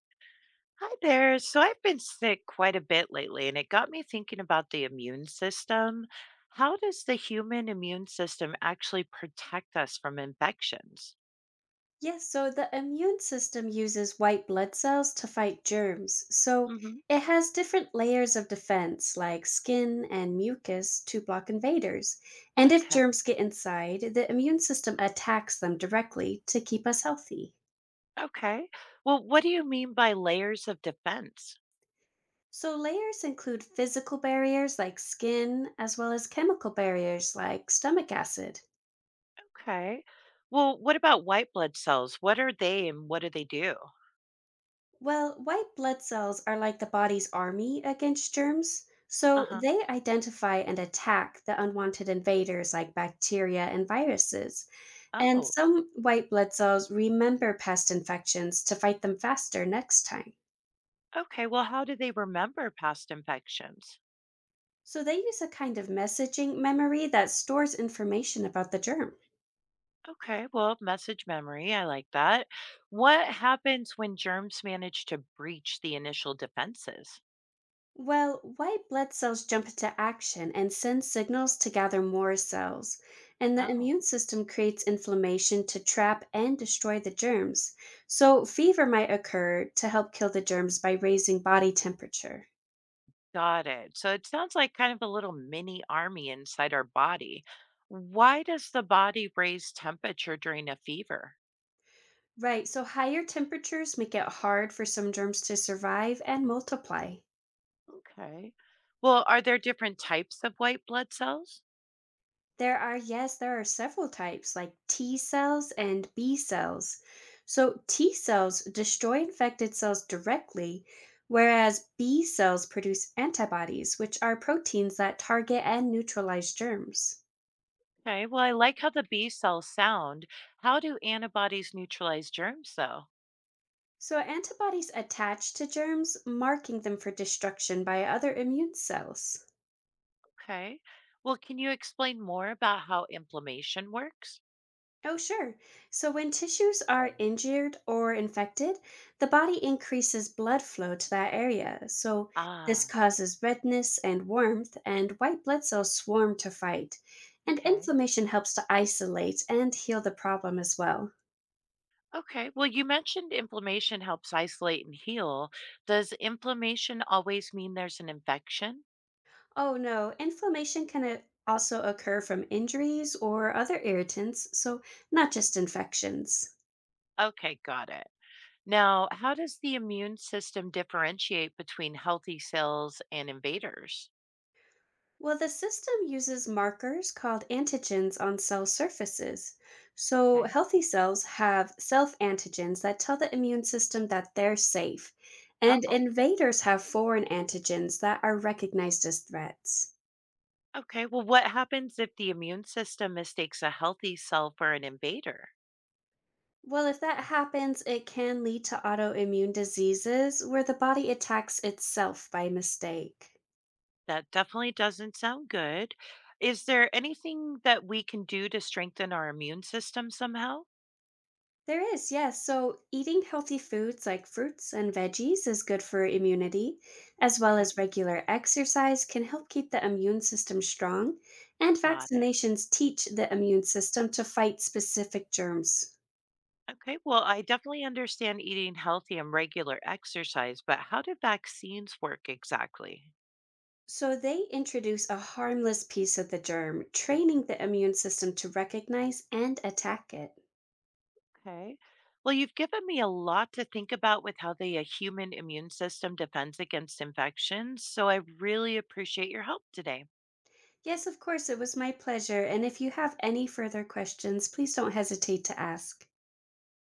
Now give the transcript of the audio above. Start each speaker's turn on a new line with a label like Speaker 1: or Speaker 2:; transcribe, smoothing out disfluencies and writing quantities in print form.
Speaker 1: Hi there. So I've been sick quite a bit lately, and it got me thinking about the immune system. How does the human immune system actually protect us from infections?
Speaker 2: Yes, so the immune system uses white blood cells to fight germs. So
Speaker 1: Hmm.
Speaker 2: it has different layers of defense, like skin and mucus, to block invaders. And if
Speaker 1: Okay.
Speaker 2: germs get inside, the immune system attacks them directly to keep us healthy.
Speaker 1: Okay. Well, what do you mean by layers of defense?
Speaker 2: So layers include physical barriers like skin, as well as chemical barriers like stomach acid.
Speaker 1: Okay. Well, what about white blood cells? What are they and what do they do?
Speaker 2: Well, white blood cells are like the body's army against germs, so
Speaker 1: Uh-huh.
Speaker 2: they identify and attack the unwanted invaders like bacteria and viruses. And
Speaker 1: Oh,
Speaker 2: some white blood cells remember past infections to fight them faster next time.
Speaker 1: okay. Well, how do they remember past infections?
Speaker 2: So they use a kind of messaging memory that stores information about the germ.
Speaker 1: Okay, well, message memory, I like that. What happens when germs manage to breach the initial defenses?
Speaker 2: Well, white blood cells jump into action and send signals to gather more cells, and the
Speaker 1: Oh,
Speaker 2: immune system creates inflammation to trap and destroy the germs. So, fever might occur to help kill the germs by raising body temperature.
Speaker 1: got it. So it sounds like kind of a little mini army inside our body. Why does the body raise temperature during a fever?
Speaker 2: Right, so higher temperatures make it hard for some germs to survive and multiply.
Speaker 1: Okay. Well, are there different types of white blood cells?
Speaker 2: There are, yes, there are several types like T cells and B cells. So, T cells destroy infected cells directly, whereas B cells produce antibodies, which are proteins that target and neutralize germs.
Speaker 1: Okay, well, I like how the B cells sound. How do antibodies neutralize germs, though?
Speaker 2: So, antibodies attach to germs, marking them for destruction by other immune cells.
Speaker 1: Okay. Well, can you explain more about how inflammation works?
Speaker 2: Oh, sure. So, when tissues are injured or infected, the body increases blood flow to that area. So, this
Speaker 1: Ah,
Speaker 2: causes redness and warmth, and white blood cells swarm to fight. And
Speaker 1: okay.
Speaker 2: inflammation helps to isolate and heal the problem as well.
Speaker 1: Okay. Well, you mentioned inflammation helps isolate and heal. Does inflammation always mean there's an infection?
Speaker 2: Oh, no, inflammation can also occur from injuries or other irritants, so not just infections.
Speaker 1: Okay, got it. Now, how does the immune system differentiate between healthy cells and invaders?
Speaker 2: Well, the system uses markers called antigens on cell surfaces. So,
Speaker 1: Okay.
Speaker 2: healthy cells have self antigens that tell the immune system that they're safe, and
Speaker 1: Oh,
Speaker 2: invaders have foreign antigens that are recognized as threats.
Speaker 1: okay. Well, what happens if the immune system mistakes a healthy cell for an invader?
Speaker 2: Well, if that happens, it can lead to autoimmune diseases where the body attacks itself by mistake.
Speaker 1: That definitely doesn't sound good. Is there anything that we can do to strengthen our immune system somehow?
Speaker 2: There is, yes. So, eating healthy foods like fruits and veggies is good for immunity, as well as
Speaker 1: Okay,
Speaker 2: regular exercise can help keep the immune system strong, and
Speaker 1: got it.
Speaker 2: vaccinations teach the immune system to fight specific germs.
Speaker 1: Okay, well, I definitely understand eating healthy and regular exercise, but how do vaccines work exactly?
Speaker 2: So, they introduce a harmless piece of the germ, training the immune system to recognize and attack it.
Speaker 1: Okay. Well, you've given me a lot to think about with how the human immune system defends against infections, so I really appreciate your help today.
Speaker 2: Yes, of course, it was my pleasure. And if you have any further questions, please don't hesitate to ask.